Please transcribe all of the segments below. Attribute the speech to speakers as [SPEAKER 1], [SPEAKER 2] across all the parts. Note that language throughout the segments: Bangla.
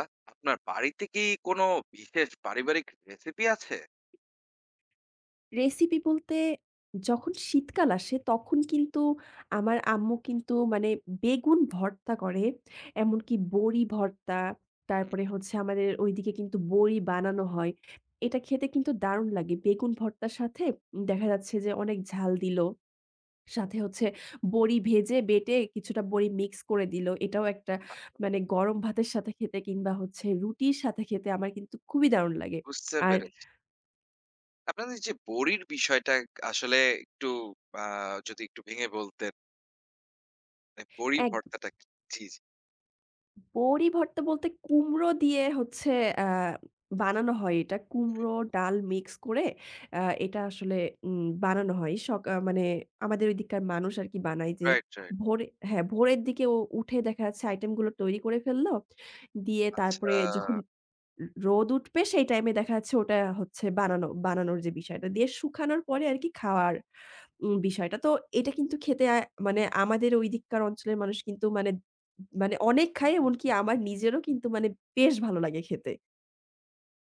[SPEAKER 1] আ আপনার বাড়িতে কি কোনো বিশেষ পারিবারিক রেসিপি আছে?
[SPEAKER 2] রেসিপি বলতে যখন শীতকাল আসে তখন কিন্তু আমার আম্মু কিন্তু মানে বেগুন ভর্তা করে। এমনকি বড়ি ভর্তা,
[SPEAKER 1] হুম।
[SPEAKER 2] তারপরে হচ্ছে আমাদের ওইদিকে কিন্তু বড়ি বানানো হয়। এটা খেতে কিন্তু দারুণ লাগে। বেগুন ভর্তার সাথে দেখা যাচ্ছে যে অনেক ঝাল দিলো। সাথে হচ্ছে বড়ি ভেজে বেটে কিছুটা বড়ি মিক্স করে দিলো। এটাও একটা মানে গরম ভাতের সাথে খেতে কিংবা হচ্ছে রুটির সাথে খেতে আমার কিন্তু খুবই দারুণ লাগে।
[SPEAKER 1] বুঝতে
[SPEAKER 2] আর
[SPEAKER 1] পেরেছি। আপনাদের যে বড়ির বিষয়টা আসলে একটু আ যদি একটু ভেঙে বলতেন, মানে বড়ি
[SPEAKER 2] এক
[SPEAKER 1] ভর্তাটা কি? জি, জি।
[SPEAKER 2] বড়ি ভর্তা বলতে কুমড়ো দিয়ে হচ্ছে আ বানানো হয় এটা। কুমড়ো, ডাল মিক্স করে আ এটা আসলে বানানো হয়। মানে আমাদের ঐদিককার মানুষ আরকি বানায় যে
[SPEAKER 1] রাইট, রাইট।
[SPEAKER 2] ভোরে হ্যাঁ, ভোরের দিকে ও উঠে দেখা যাচ্ছে আইটেমগুলো তৈরি করে ফেললো। দিয়ে
[SPEAKER 1] আচ্ছা।
[SPEAKER 2] তারপরে যখন রোদ উঠবে সেই টাইমে দেখা যাচ্ছে ওটা হচ্ছে বানানোর যে বিষয়টা দিয়ে শুকানোর পরে আরকি খাওয়ার বিষয়টা। তো এটা কিন্তু খেতে মানে আমাদের ঐদিককার অঞ্চলের মানুষ কিন্তু মানে মানে অনেক খায় এমনকি আমার নিজেরও কিন্তু মানে বেশ ভালো লাগে খেতে।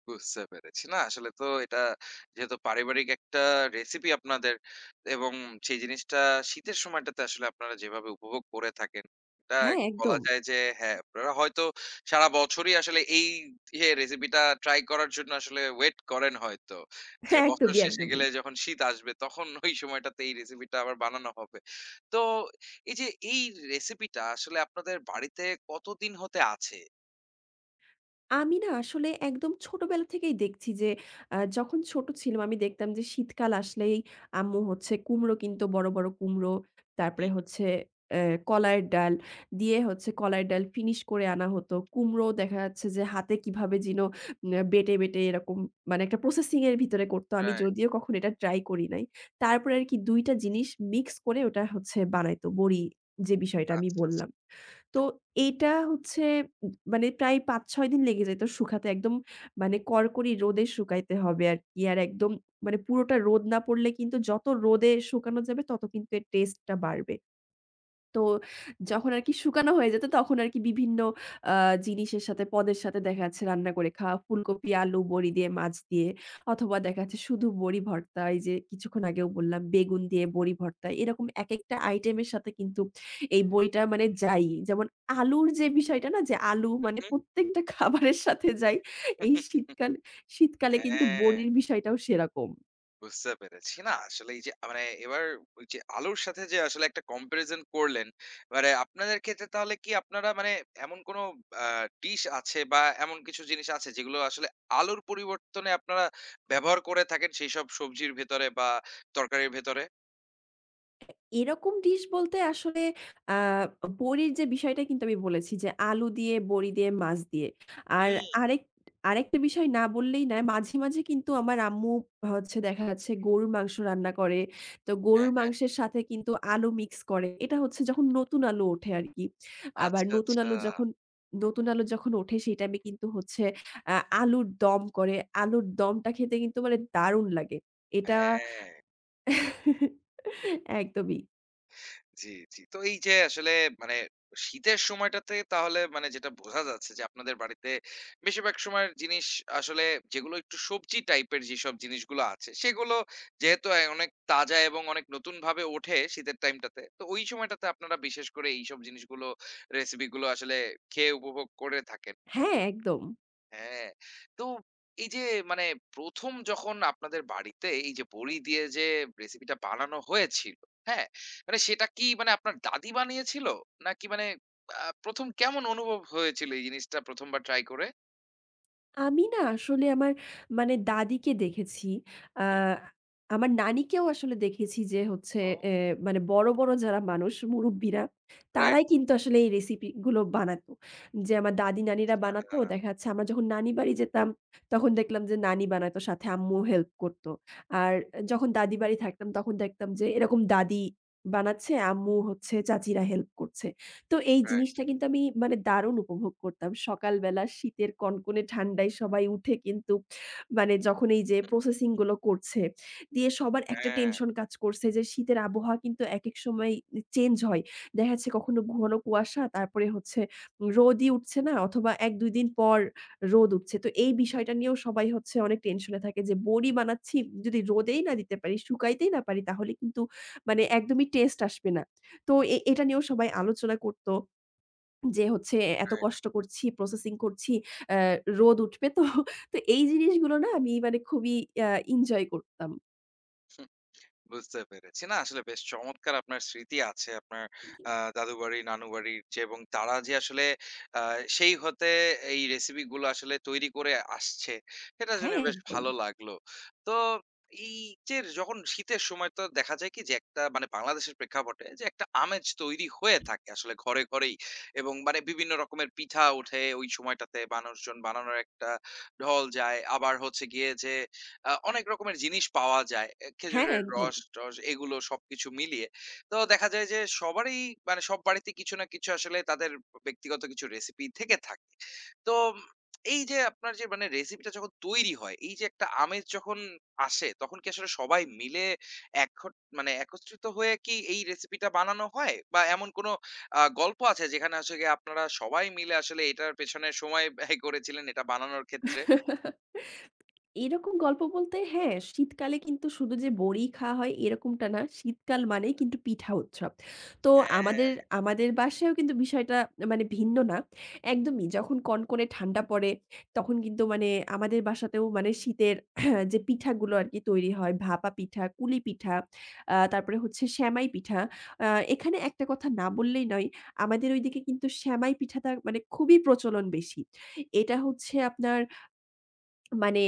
[SPEAKER 1] বুঝতে পেরেছি। না আসলে তো এটা যেহেতু পারিবারিক একটা রেসিপি আপনাদের এবং সেই জিনিসটা শীতের সময়টাতে আসলে আপনারা যেভাবে উপভোগ করে থাকেন, এটা
[SPEAKER 2] হ্যাঁ,
[SPEAKER 1] বলা
[SPEAKER 2] একদম।
[SPEAKER 1] যায় যে হ্যাঁ, আপনারা হয়তো সারা বছরই আসলে এই ইয়ে রেসিপিটা ট্রাই করার জন্য আসলে ওয়েট করেন হয়তো। যে
[SPEAKER 2] হ্যাঁ,
[SPEAKER 1] বছর
[SPEAKER 2] একদমই,
[SPEAKER 1] শেষে
[SPEAKER 2] একদমই।
[SPEAKER 1] গেলে যখন শীত আসবে তখন ওই সময়টাতে এই রেসিপিটা আবার বানানো হবে। তো এই যে এই রেসিপিটা আসলে আপনাদের বাড়িতে কতদিন হতে আছে?
[SPEAKER 2] আমি না আসলে একদম ছোটবেলা থেকেই দেখছি যে যখন ছোট ছিলাম আমি দেখতাম যে শীতকাল আসলেই আম্মু হচ্ছে কুমড়ো কিনতো বড়, বড় কুমড়ো। তারপরে
[SPEAKER 1] হুম,
[SPEAKER 2] হচ্ছে অ্যা কলাইয়ের ডাল দিয়ে হচ্ছে কলাইয়ের ডাল ফিনিশ করে আনা হতো। কুমড়ো দেখা যাচ্ছে যে হাতে কিভাবে যেন বেটে, বেটে এরকম মানে একটা প্রসেসিং এর ভিতরে করতো। আমি
[SPEAKER 1] রাইট।
[SPEAKER 2] যদিও কখনো এটা ট্রাই করি নাই। তারপরে আরকি ২ টা জিনিস মিক্স করে ওটা হচ্ছে বানাইতো বড়ি যে বিষয়টা আমি
[SPEAKER 1] আচ্ছা, আচ্ছা।
[SPEAKER 2] বললাম। তো এইটা হচ্ছে মানে প্রায় ৫-৬ দিন লেগে যেত শুকাতে। একদম মানে কড়কড়ি রোদে শুকাইতে হবে আরকি। আর একদম মানে পুরোটা রোদ না পড়লে কিন্তু যত রোদে শুকানো যাবে তত কিন্তু এর টেস্টটা বাড়বে। তো যখন আরকি শুকানো হয়ে যেত তখন আরকি বিভিন্ন আ জিনিসের সাথে পদের সাথে দেখা যাচ্ছে রান্না করে খাওয়া ফুলকপি, আলু, বড়ি দিয়ে, মাছ দিয়ে অথবা দেখা যাচ্ছে শুধু বড়ি ভর্তা এই যে কিছুক্ষণ আগেও বললাম বেগুন দিয়ে বড়ি ভর্তা। এরকম একেকটা আইটেমের সাথে কিন্তু এই বইটা মানে যায়ই। যেমন আলুর যে বিষয়টা না যে আলু মানে প্রত্যেকটা খাবারের সাথে যায়,
[SPEAKER 1] হুম,
[SPEAKER 2] এই
[SPEAKER 1] হুম।
[SPEAKER 2] শীতকালে কিন্তু
[SPEAKER 1] হ্যাঁ,
[SPEAKER 2] বড়ির বিষয়টাও সেরকম।
[SPEAKER 1] বুঝতে পেরেছি। না আসলে এই যে মানে এবার ওই যে আলুর সাথে যে আসলে একটা comparison করলেন, মানে আপনাদের ক্ষেত্রে তাহলে কি আপনারা মানে এমন কোন আ ডিশ আছে বা এমন কিছু জিনিস আছে যেগুলো আসলে আলুর পরিবর্তনে আপনারা ব্যবহার করে থাকেন সেইসব সবজির ভেতরে বা তরকারির ভেতরে?
[SPEAKER 2] এরকম ডিশ বলতে আসলে আ বড়ির যে বিষয়টা কিন্তু আমি বলেছি যে, আলু দিয়ে, বড়ি দিয়ে, মাছ দিয়ে। আর
[SPEAKER 1] হুম,
[SPEAKER 2] আরেক আরেকটা বিষয় না বললেই নয়। মাঝে, মাঝে কিন্তু আমার আম্মু হচ্ছে দেখা যাচ্ছে গরুর মাংস রান্না করে। তো গরুর
[SPEAKER 1] হ্যাঁ, হ্যাঁ।
[SPEAKER 2] মাংসের সাথে কিন্তু আলু মিক্স করে। এটা হচ্ছে যখন নতুন আলু ওঠে আরকি। আবার
[SPEAKER 1] আচ্ছা, আচ্ছা।
[SPEAKER 2] নতুন আলু যখন ওঠে সেই টাইমে কিন্তু হচ্ছে আ আলুর দম করে। আলুর দমটা খেতে কিন্তু মানে দারুণ লাগে। এটা
[SPEAKER 1] হ্যাঁ।
[SPEAKER 2] একদমই।
[SPEAKER 1] জি, জি। তো এই যে আসলে মানে শীতের সময়টাতে তাহলে মানে যেটা বোঝা যাচ্ছে যে আপনাদের বাড়িতে বেশিরভাগ সময়ের জিনিস আসলে যেগুলো একটু সবজি টাইপের যেসব জিনিসগুলো আছে সেগুলো যেহেতু অনেক তাজা এবং অনেক নতুনভাবে ওঠে শীতের টাইমটাতে। তো ওই সময়টাতে আপনারা বিশেষ করে এইসব জিনিসগুলো রেসিপি গুলো আসলে খেয়ে উপভোগ করে থাকেন।
[SPEAKER 2] হ্যাঁ, একদম।
[SPEAKER 1] হ্যাঁ, তো এই যে মানে ১ম যখন আপনাদের বাড়িতে এই যে বড়ি দিয়ে যে রেসিপিটা বানানো হয়েছিল, হ্যাঁ? মানে সেটা কি মানে আপনার দাদি বানিয়েছিল? নাকি মানে ১ম কেমন অনুভব হয়েছিল এই জিনিসটা ১ম বার ট্রাই করে?
[SPEAKER 2] আমি না আসলে আমার মানে দাদিকে দেখেছি। আ
[SPEAKER 1] হুম।
[SPEAKER 2] আমার নানিকেও আসলে দেখেছি যে হচ্ছে
[SPEAKER 1] ও
[SPEAKER 2] এ মানে বড়, বড় যারা মানুষ মুরুব্বিরা
[SPEAKER 1] রাইট,
[SPEAKER 2] তারাই কিন্তু আসলে এই রেসিপি গুলো বানাতো। যে আমার দাদি নানিরা বানাতো। দেখা যাচ্ছে আমরা যখন নানি বাড়ি যেতাম তখন দেখলাম যে নানি বানাতো সাথে আম্মু হেল্প করত। আর যখন দাদি বাড়ি থাকতাম তখন দেখতাম যে এরকম দাদি বানাচ্ছে, আম্মু হচ্ছে চাচিরা হেল্প করছে। তো এই
[SPEAKER 1] রাইট,
[SPEAKER 2] জিনিসটা কিন্তু আমি মানে দারুণ উপভোগ করতাম। সকালবেলা শীতের কনকনে ঠান্ডায় সবাই উঠে কিন্তু মানে যখন এই যে প্রসেসিং গুলো করছে, দিয়ে সবার একটা
[SPEAKER 1] হ্যাঁ,
[SPEAKER 2] টেনশন কাজ করছে যে শীতের আবহাওয়া কিন্তু একেক সময় চেঞ্জ হয়। দেখা যাচ্ছে কখনো ঘন কুয়াশা, তারপরে হচ্ছে রোদই উঠছে না অথবা ১-২ দিন পর রোদ উঠছে। তো এই বিষয়টা নিয়েও সবাই হচ্ছে অনেক টেনশনে থাকে যে বড়ি বানাচ্ছি যদি রোদেই না দিতে পারি, শুকাইতেই না পারি তাহলে কিন্তু মানে একদমই টেস্ট আসবে না। তো এটা নিয়েও সবাই আলোচনা করত যে হচ্ছে এত
[SPEAKER 1] রাইট।
[SPEAKER 2] কষ্ট করছি, প্রসেসিং করছি, অ্যা রোদ উঠবে তো। তো এই জিনিসগুলো না আমি মানে খুবই আ এনজয় করতাম।
[SPEAKER 1] বুঝতে পেরেছি। না আসলে বেশ চমৎকার আপনার স্মৃতি আছে আপনার দাদু বাড়ি, নানু বাড়ির যে এবং তারা যে আসলে আ সেই হতে এই রেসিপি গুলো আসলে তৈরি করে আসছে, সেটার জন্য
[SPEAKER 2] হ্যাঁ,
[SPEAKER 1] বেশ
[SPEAKER 2] একদম।
[SPEAKER 1] ভালো লাগলো। তো এই যে যখন শীতের সময় তো দেখা যায় কি যে একটা মানে বাংলাদেশের প্রেক্ষাপটে যে একটা আমেজ তৈরি হয়ে থাকে আসলে ঘরে, ঘরেই এবং মানে বিভিন্ন রকমের পিঠা ওঠে ওই সময়টাতে মানুষজন বানানোর একটা ঢল যায়। আবার হচ্ছে গিয়ে যে অনেক রকমের জিনিস পাওয়া যায়। এ
[SPEAKER 2] হ্যাঁ,
[SPEAKER 1] খেজুরের
[SPEAKER 2] একদম।
[SPEAKER 1] রস-টস এগুলো সবকিছু মিলিয়ে। তো দেখা যায় যে সবারই মানে সব বাড়িতে কিছু না কিছু আসলে তাদের ব্যক্তিগত কিছু রেসিপি থেকে থাকে। তো এই যে আপনার যে মানে রেসিপিটা যখন তৈরি হয়, এই যে একটা আমেজ যখন আসে, তখন কি আসলে সবাই মিলে একঘট মানে একত্রিত হয়ে কি এই রেসিপিটা বানানো হয়? বা এমন কোনো গল্প আছে যেখানে হচ্ছে গিয়ে আপনারা সবাই মিলে আসলে এটার পেছনে সময় ব্যয় করেছিলেন এটা বানানোর ক্ষেত্রে?
[SPEAKER 2] এরকম গল্প বলতে হ্যাঁ, শীতকালে কিন্তু শুধু যে বড়ি খাওয়া হয় এরকমটা না। শীতকাল মানেই
[SPEAKER 1] হ্যাঁ।
[SPEAKER 2] কিন্তু পিঠা উৎসব। তো আমাদের
[SPEAKER 1] হ্যাঁ,
[SPEAKER 2] আমাদের বাসায়ও কিন্তু বিষয়টা মানে ভিন্ন না। একদমই যখন কনকনে ঠান্ডা পড়ে তখন কিন্তু মানে আমাদের বাসাতেও মানে শীতের যে পিঠাগুলো আরকি তৈরি হয় ভাপা পিঠা, কুলি পিঠা, তারপরে হচ্ছে সেমাই পিঠা। আ এখানে একটা কথা না বললেই নয়। আমাদের ঐদিকে কিন্তু সেমাই পিঠাটা মানে খুবই প্রচলন বেশি। এটা হচ্ছে আপনার মানে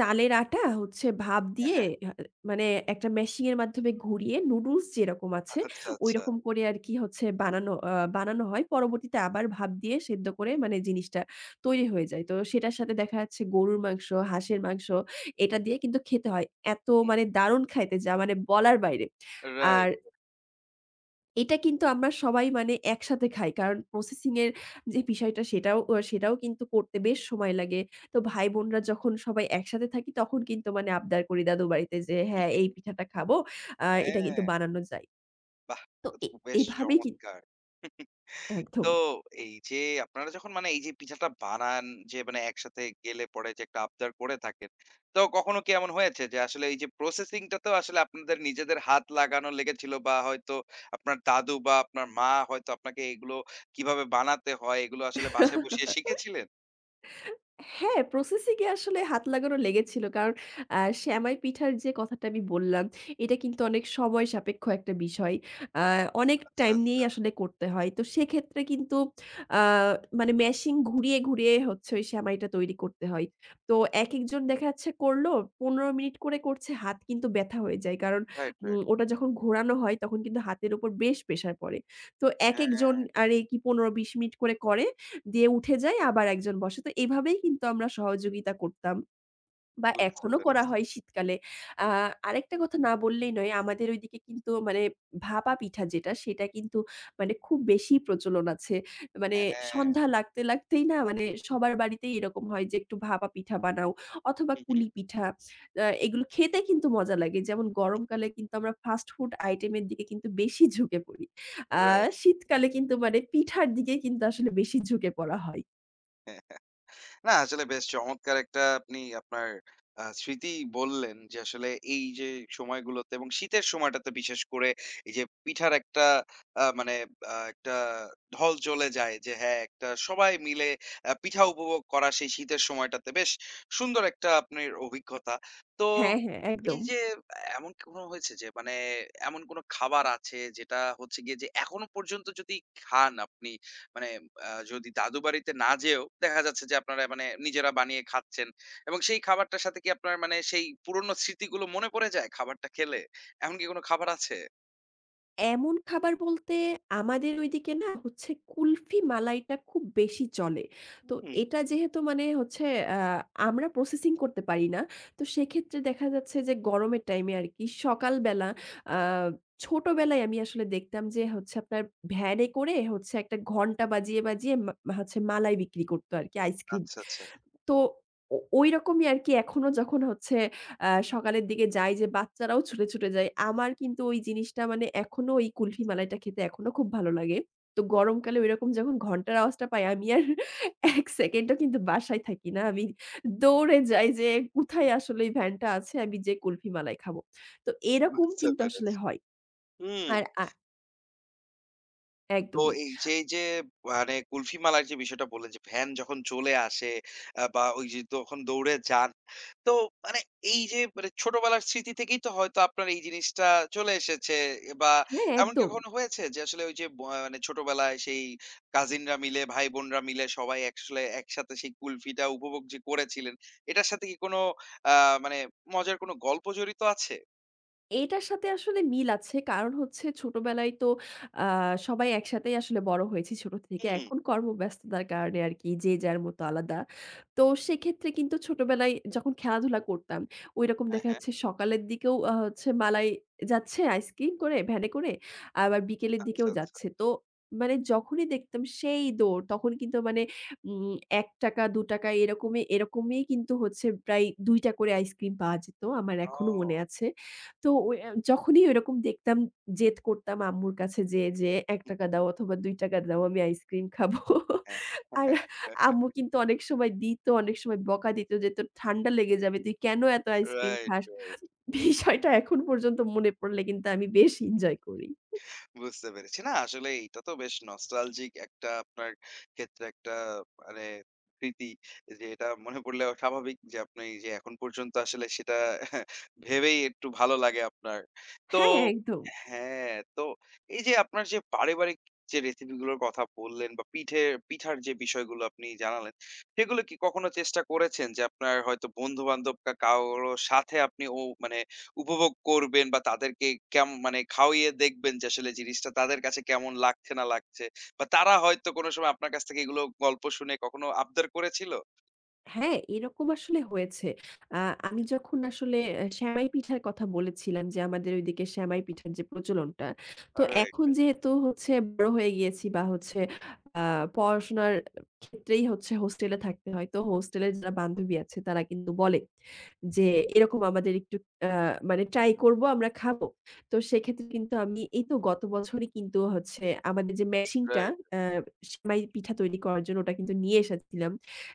[SPEAKER 2] চালের আটা হচ্ছে ভাপ দিয়ে
[SPEAKER 1] হ্যাঁ।
[SPEAKER 2] আ মানে একটা মেশিং এর মাধ্যমে ঘুরিয়ে নুডলস যেরকম আছে
[SPEAKER 1] আচ্ছা, আচ্ছা।
[SPEAKER 2] ঐরকম করে আরকি হচ্ছে বানানো হয়। পরবর্তীতে আবার ভাপ দিয়ে সেদ্ধ করে
[SPEAKER 1] হুম,
[SPEAKER 2] মানে জিনিসটা তৈরি হয়ে যায়। তো সেটার সাথে দেখা যাচ্ছে গরুর মাংস, হাঁসের মাংস এটা দিয়ে কিন্তু খেতে হয়। এত
[SPEAKER 1] হুম।
[SPEAKER 2] মানে দারুণ খাইতে যা মানে বলার বাইরে। আর
[SPEAKER 1] রাইট।
[SPEAKER 2] এটা কিন্তু আমরা সবাই মানে একসাথে খাই। কারণ প্রসেসিং এর যে বিষয়টা সেটাও কিন্তু করতে বেশ সময় লাগে। তো ভাই-বোনরা যখন সবাই একসাথে থাকি তখন কিন্তু মানে আবদার করি দাদু বাড়িতে যে হ্যাঁ, এই পিঠাটা খাবো। এটা কিন্তু
[SPEAKER 1] হ্যাঁ,
[SPEAKER 2] বানানো যায়।
[SPEAKER 1] বাহ!
[SPEAKER 2] তো
[SPEAKER 1] এটা
[SPEAKER 2] এ
[SPEAKER 1] তো বেশ
[SPEAKER 2] এভাবেই কিন
[SPEAKER 1] চমৎকার। তো
[SPEAKER 2] একদম।
[SPEAKER 1] এই যে আপনারা যখন মানে এই যে পিঠাটা বানান যে মানে একসাথে গেলে পরে যে একটা আবদার করে থাকেন। তো কখনো কি এমন হয়েছে যে আসলে এই যে প্রসেসিং টাতেও আসলে আপনাদের নিজেদের হাত লাগানো লেগেছিল বা হয়তো আপনার দাদু বা আপনার মা হয়তো আপনাকে এগুলো কিভাবে বানাতে হয় এগুলো আসলে বাসায় বসিয়ে শিখেছিলেন?
[SPEAKER 2] হ্যাঁ, প্রসেসিং এ আসলে হাত লাগানো লেগেছিল। কারণ আ সেমাই পিঠার যে কথাটা আমি বললাম, এটা কিন্তু অনেক সময় সাপেক্ষ একটা বিষয়। আ অনেক
[SPEAKER 1] আচ্ছা,
[SPEAKER 2] টাইম নিয়েই
[SPEAKER 1] আচ্ছা।
[SPEAKER 2] আসলে করতে হয়। তো সেক্ষেত্রে কিন্তু আ মানে মেশিন ঘুরিয়ে, ঘুরিয়ে হচ্ছে ওই সেমাইটা তৈরি করতে হয়। তো একেকজন দেখা যাচ্ছে করল ১৫ মিনিট করে করছে, হাত কিন্তু ব্যথা হয়ে যায়। কারণ
[SPEAKER 1] রাইট, রাইট।
[SPEAKER 2] ওটা যখন ঘোরানো হয় তখন কিন্তু হাতের উপর বেশ প্রেশার পড়ে। তো একেকজন
[SPEAKER 1] হ্যাঁ,
[SPEAKER 2] আরে কি ১৫-২০ মিনিট করে করে দিয়ে উঠে যায় আবার একজন বসে। তো এভাবেই কিন্তু আমরা সহযোগিতা করতাম বা
[SPEAKER 1] বুঝতে
[SPEAKER 2] এখনো করা
[SPEAKER 1] পেরেছি।
[SPEAKER 2] হয় শীতকালে। আ আরেকটা কথা না বললেই নয়, আমাদের ঐদিকে কিন্তু মানে ভাপা পিঠা যেটা সেটা কিন্তু মানে খুব বেশি প্রচলন আছে। মানে
[SPEAKER 1] হ্যাঁ।
[SPEAKER 2] সন্ধ্যা লাগতে লাগতেই না মানে সবার বাড়িতেই এরকম হয় যে একটু ভাপা পিঠা বানাও অথবা
[SPEAKER 1] হুম, হুম।
[SPEAKER 2] কুলি পিঠা। এগুলো খেতে কিন্তু মজা লাগে। যেমন গরমকালে কিন্তু আমরা ফাস্ট ফুড আইটেম এর দিকে কিন্তু বেশি ঝুঁকে পড়ি। আ
[SPEAKER 1] রাইট।
[SPEAKER 2] শীতকালে কিন্তু মানে পিঠার দিকে কিন্তু আসলে বেশি ঝুঁকে পড়া হয়।
[SPEAKER 1] না আসলে বেশ চমৎকার একটা আপনি আপনার স্মৃতি বললেন যে আসলে এই যে সময়গুলোতে এবং শীতের সময়টাতে বিশেষ করে এই যে পিঠার একটা আ মানে আ একটা ঢল চলে যায় যে হ্যাঁ, একটা সবাই মিলে পিঠা উপভোগ করা সেই শীতের সময়টাতে বেশ সুন্দর একটা আপনার অভিজ্ঞতা। তো
[SPEAKER 2] হ্যাঁ, হ্যাঁ, একদম।
[SPEAKER 1] এই যে এমন কি কোনো হয়েছে যে মানে এমন কোনো খাবার আছে যেটা হচ্ছে গিয়ে যে এখনো পর্যন্ত যদি খান আপনি মানে যদি দাদু বাড়িতে না যেয়েও দেখা যাচ্ছে যে আপনারা মানে নিজেরা বানিয়ে খাচ্ছেন এবং সেই খাবারটার সাথে কি আপনার মানে সেই পুরনো স্মৃতিগুলো মনে পড়ে যায় খাবারটা খেলে? এমন কি কোন খাবার আছে?
[SPEAKER 2] এমন খাবার বলতে আমাদের ঐদিকে না হচ্ছে কুলফি মালাইটা খুব বেশি চলে। তো
[SPEAKER 1] হুম,
[SPEAKER 2] এটা যেহেতু মানে হচ্ছে আ আমরা প্রসেসিং করতে পারি না। তো সেক্ষেত্রে দেখা যাচ্ছে যে গরমের টাইমে আরকি সকালবেলা আ ছোটবেলায় আমি আসলে দেখতাম যে হচ্ছে আপনার ভ্যানে করে হচ্ছে একটা ঘন্টা বাজিয়ে, বাজিয়ে মা হচ্ছে মালাই বিক্রি করতো আরকি আইসক্রিম।
[SPEAKER 1] আচ্ছা, আচ্ছা।
[SPEAKER 2] তো ঐরকমই আরকি এখনো যখন হচ্ছে সকালের দিকে যাই যে বাচ্চারাও ছুটে, ছুটে যায়। আমার কিন্তু ওই জিনিসটা মানে এখনো ওই কুলফি মালাইটা খেতে এখনো খুব ভালো লাগে। তো গরমকালে ঐরকম যখন ঘন্টার আওয়াজটা পাই আমি আর ১ সেকেন্ডও কিন্তু বাসায় থাকি না। আমি দৌড়ে যাই যে কোথায় আসলে এই ভ্যানটা আছে আমি যেয়ে কুলফি মালাই খাবো। তো এরকম
[SPEAKER 1] বুঝতে
[SPEAKER 2] কিন্তু আসলে
[SPEAKER 1] পেরেছি।
[SPEAKER 2] হয়।
[SPEAKER 1] হুম,
[SPEAKER 2] আর
[SPEAKER 1] তো
[SPEAKER 2] একদমই।
[SPEAKER 1] এই যে, মানে কুলফি মালার যে, বিষয়টা বললেন যে, ভ্যান যখন চলে আসে বা ওই যে, তখন দৌড়ে যান। তো মানে এই যে, মানে ছোটবেলার স্মৃতি থেকেই তো হয়তো আপনার এই জিনিসটা চলে এসেছে বা
[SPEAKER 2] হ্যাঁ,
[SPEAKER 1] এমন কি
[SPEAKER 2] একদম।
[SPEAKER 1] কখনো হয়েছে যে, আসলে ওই যে, মানে ছোটবেলায় সেই কাজিনরা মিলে, ভাই-বোনরা মিলে সবাই আসলে একসাথে সেই কুলফিটা উপভোগ যে, করেছিলেন, এটার সাথে কি কোনো আ মানে মজার কোনো গল্প জড়িত আছে?
[SPEAKER 2] এটার সাথে আসলে মিল আছে। কারণ হচ্ছে ছোটবেলায় তো আ সবাই একসাথেই আসলে বড় হয়েছি ছোট থেকে।
[SPEAKER 1] হুম।
[SPEAKER 2] এখন কর্মব্যস্ততার কারণে আরকি যে যার মতো আলাদা। তো সেক্ষেত্রে কিন্তু ছোটবেলায় যখন খেলাধুলা করতাম, ঐরকম
[SPEAKER 1] হ্যাঁ,
[SPEAKER 2] দেখা
[SPEAKER 1] হ্যাঁ।
[SPEAKER 2] যাচ্ছে সকালের দিকেও হচ্ছে মালাই যাচ্ছে আইসক্রিম করে, ভ্যানে করে। আবার বিকেলের দিকেও
[SPEAKER 1] আচ্ছা, আচ্ছা।
[SPEAKER 2] যাচ্ছে। তো মানে যখনই দেখতাম সেই দৌড়। তখন কিন্তু মানে উম ৳১, ৳২ এরকমই এরকমই কিন্তু হচ্ছে প্রায় ২ টা করে আইসক্রিম পাওয়া যেত। আমার এখনো মনে
[SPEAKER 1] ও!
[SPEAKER 2] আছে। তো ওই যখনই ওইরকম দেখতাম জেদ করতাম আম্মুর কাছে যেয়ে, যে ৳১ দাও অথবা ৳2 দাও আমি আইসক্রিম খাবো।
[SPEAKER 1] হ্যাঁ।
[SPEAKER 2] আর আম্মু কিন্তু অনেক সময় দিত, অনেক সময় বকা দিত যে, "তোর ঠান্ডা লেগে যাবে। তুই কেন এত আইসক্রিম
[SPEAKER 1] রাইট,
[SPEAKER 2] খাস?"
[SPEAKER 1] রাইট।
[SPEAKER 2] বিষয়টা এখন পর্যন্ত মনে পড়লে কিন্তু আমি বেশ এনজয় করি।
[SPEAKER 1] বুঝতে পেরেছি। না আসলে এইটা তো বেশ নস্টালজিক একটা আপনার ক্ষেত্রে একটা মানে স্মৃতি যে এটা মনে পড়লে স্বাভাবিক যে আপনি যে এখন পর্যন্ত আসলে সেটা ভেবেই একটু ভালো লাগে আপনার। তো
[SPEAKER 2] হ্যাঁ, একদম।
[SPEAKER 1] হ্যাঁ, তো এই যে আপনার যে পারিবারিক যে রেসিপি গুলোর কথা বললেন বা পিঠার যে বিষয়গুলো আপনি জানালেন, সেগুলো কি কখনো চেষ্টা করেছেন যে আপনার হয়তো বন্ধু-বান্ধব কারো সাথে আপনি ও মানে উপভোগ করবেন বা তাদেরকে মানে খাওয়িয়ে দেখবেন যে আসলে জিনিসটা তাদের কাছে কেমন লাগছে না লাগছে। বা তারা হয়তো কোনো সময় আপনার কাছ থেকে এগুলো গল্প শুনে কখনো আবদার করেছিল?
[SPEAKER 2] হ্যাঁ, এরকম আসলে হয়েছে। আ আমি
[SPEAKER 1] হুম।
[SPEAKER 2] যখন আসলে সেমাই পিঠার কথা বলেছিলাম যে, আমাদের ওইদিকে সেমাই পিঠার যে প্রচলনটা। তো
[SPEAKER 1] রাইট,
[SPEAKER 2] এখন
[SPEAKER 1] রাইট।
[SPEAKER 2] যেহেতু হচ্ছে বড় হয়ে গিয়েছি বা হচ্ছে আ পড়াশোনার ক্ষেত্রেই হচ্ছে হোস্টেলে থাকতে হয়। তো হোস্টেলের যারা বান্ধবী আছে তারা কিন্তু বলে যে, "এরকম আমাদের একটু আ মানে ট্রাই
[SPEAKER 1] হুম,
[SPEAKER 2] করবো, আমরা খাবো।" তো সেক্ষেত্রে কিন্তু আমি এই তো গত বছরই কিন্তু হচ্ছে আমাদের যে মেশিনটা
[SPEAKER 1] রাইট।
[SPEAKER 2] অ্যা সেমাই পিঠা তৈরি করার জন্য ওটা কিন্তু নিয়ে এসেছিলাম।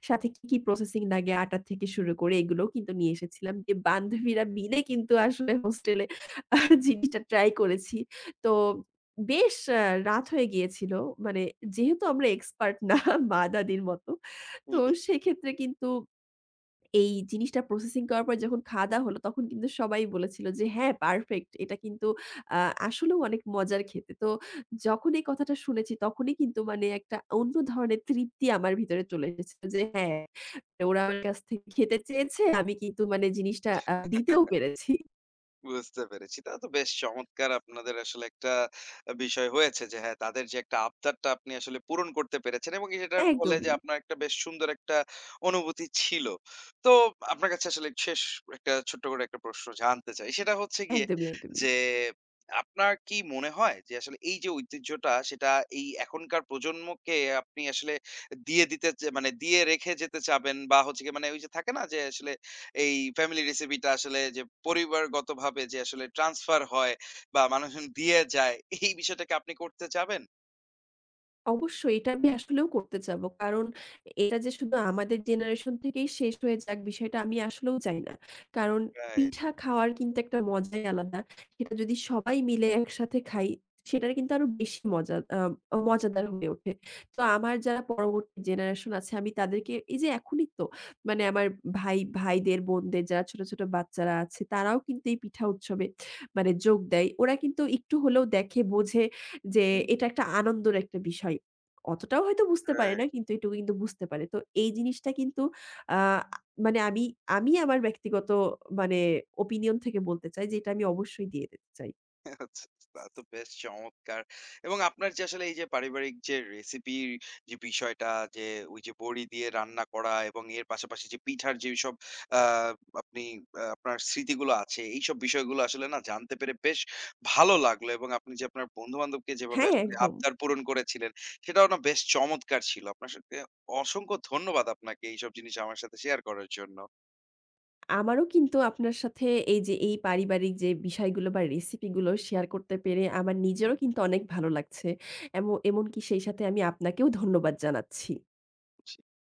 [SPEAKER 2] সাথে কি, কি প্রসেসিং লাগে আটা থেকে শুরু করে এগুলোও কিন্তু নিয়ে এসেছিলাম। যে বান্ধবীরা মিলে কিন্তু আসলে হোস্টেলে আ জিনিসটা ট্রাই করেছি। তো বেশ রাত হয়ে গিয়েছিল। মানে যেহেতু আমরা এক্সপার্ট না মা-দাদির মতো। তো
[SPEAKER 1] হুম, হুম।
[SPEAKER 2] সেক্ষেত্রে কিন্তু এই জিনিসটা প্রসেসিং করার পর যখন খাওয়া-দাওয়া হলো, তখন কিন্তু সবাই বলেছিল যে, "হ্যাঁ, পারফেক্ট। এটা কিন্তু আ আসলেও অনেক মজার খেতে।" তো যখন এই কথাটা শুনেছি, তখনই কিন্তু মানে একটা অন্য ধরনের তৃপ্তি আমার ভিতরে চলে এসেছিল যে, "হ্যাঁ, ওরা আমার কাছ থেকে খেতে চেয়েছে। আমি কিন্তু মানে জিনিসটা দিতেও পেরেছি।"
[SPEAKER 1] বুঝতে পেরেছি। তা তো বেশ চমৎকার আপনাদের আসলে একটা বিষয় হয়েছে যে হ্যাঁ, তাদের যে একটা আবদারটা আপনি আসলে পূরণ করতে পেরেছেন এবং সেটার ফলে যে
[SPEAKER 2] একদমই,
[SPEAKER 1] আপনার একটা বেশ সুন্দর একটা অনুভূতি ছিল। তো আপনার কাছে আসলে শেষ একটা ছোট্ট করে একটা প্রশ্ন জানতে চাই। সেটা হচ্ছে গিয়ে
[SPEAKER 2] একদমই, একদমই।
[SPEAKER 1] যে আপনার কি মনে হয় যে আসলে এই যে ঐতিহ্যটা সেটা এই এখনকার প্রজন্মকে আপনি আসলে দিয়ে দিতে চে মানে দিয়ে রেখে যেতে চাবেন বা হচ্ছে গিয়ে মানে ওই যে থাকে না যে আসলে এই ফ্যামিলি রেসিপিটা আসলে যে পরিবারগতভাবে যে আসলে ট্রান্সফার হয় বা মানুষজন দিয়ে যায় এই বিষয়টাকে আপনি করতে যাবেন?
[SPEAKER 2] অবশ্যই এটা আমি আসলেও করতে যাব। কারণ এটা যে শুধু আমাদের জেনারেশন থেকেই শেষ হয়ে যাক বিষয়টা আমি আসলেও চাই না। কারণ
[SPEAKER 1] রাইট,
[SPEAKER 2] পিঠা খাওয়ার কিন্তু একটা মজাই আলাদা। সেটা যদি সবাই মিলে একসাথে খাই সেটার কিন্তু আরো বেশি মজা মজাদার হয়ে ওঠে। তো আমার যারা পরবর্তী জেনারেশন আছে আমি তাদেরকে এই যে এখনই তো মানে আমার ভাইদের বোনদের যারা ছোট, ছোট বাচ্চারা আছে তারাও কিন্তু এই পিঠা উৎসবে মানে যোগ দেয়। ওরা কিন্তু একটু হলেও দেখে বোঝে যে এটা একটা আনন্দের একটা বিষয়। অতটাও হয়তো বুঝতে পারে
[SPEAKER 1] রাইট।
[SPEAKER 2] না কিন্তু এটুকু কিন্তু বুঝতে পারে। তো এই জিনিসটা কিন্তু আ মানে আমি আমি আমার ব্যক্তিগত মানে opinion থেকে বলতে চাই যে এটা আমি অবশ্যই দিয়ে দিতে চাই।
[SPEAKER 1] আচ্ছা, আচ্ছা। তা তো বেশ চমৎকার। এবং আপনার যে আসলে এই যে পারিবারিক যে রেসিপির যে বিষয়টা যে ওই যে বড়ি দিয়ে রান্না করা এবং এর পাশাপাশি যে পিঠার যেসব আ আপনি আপনার স্মৃতিগুলো আছে এইসব বিষয়গুলো আসলে না জানতে পেরে বেশ ভালো লাগলো এবং আপনি যে আপনার বন্ধু-বান্ধবকে যেভাবে
[SPEAKER 2] হ্যাঁ,
[SPEAKER 1] আসলে
[SPEAKER 2] একদম।
[SPEAKER 1] আবদার পূরণ করেছিলেন সেটাও না বেশ চমৎকার ছিল। আপনার সাথে অসংখ্য ধন্যবাদ আপনাকে এইসব জিনিস আমার সাথে শেয়ার করার জন্য।
[SPEAKER 2] আমারও কিন্তু আপনার সাথে এই যে এই পারিবারিক যে বিষয়গুলো বা রেসিপি গুলো শেয়ার করতে পেরে আমার নিজেরও কিন্তু অনেক ভালো লাগছে। এমনকি সেই সাথে আমি আপনাকেও ধন্যবাদ জানাচ্ছি।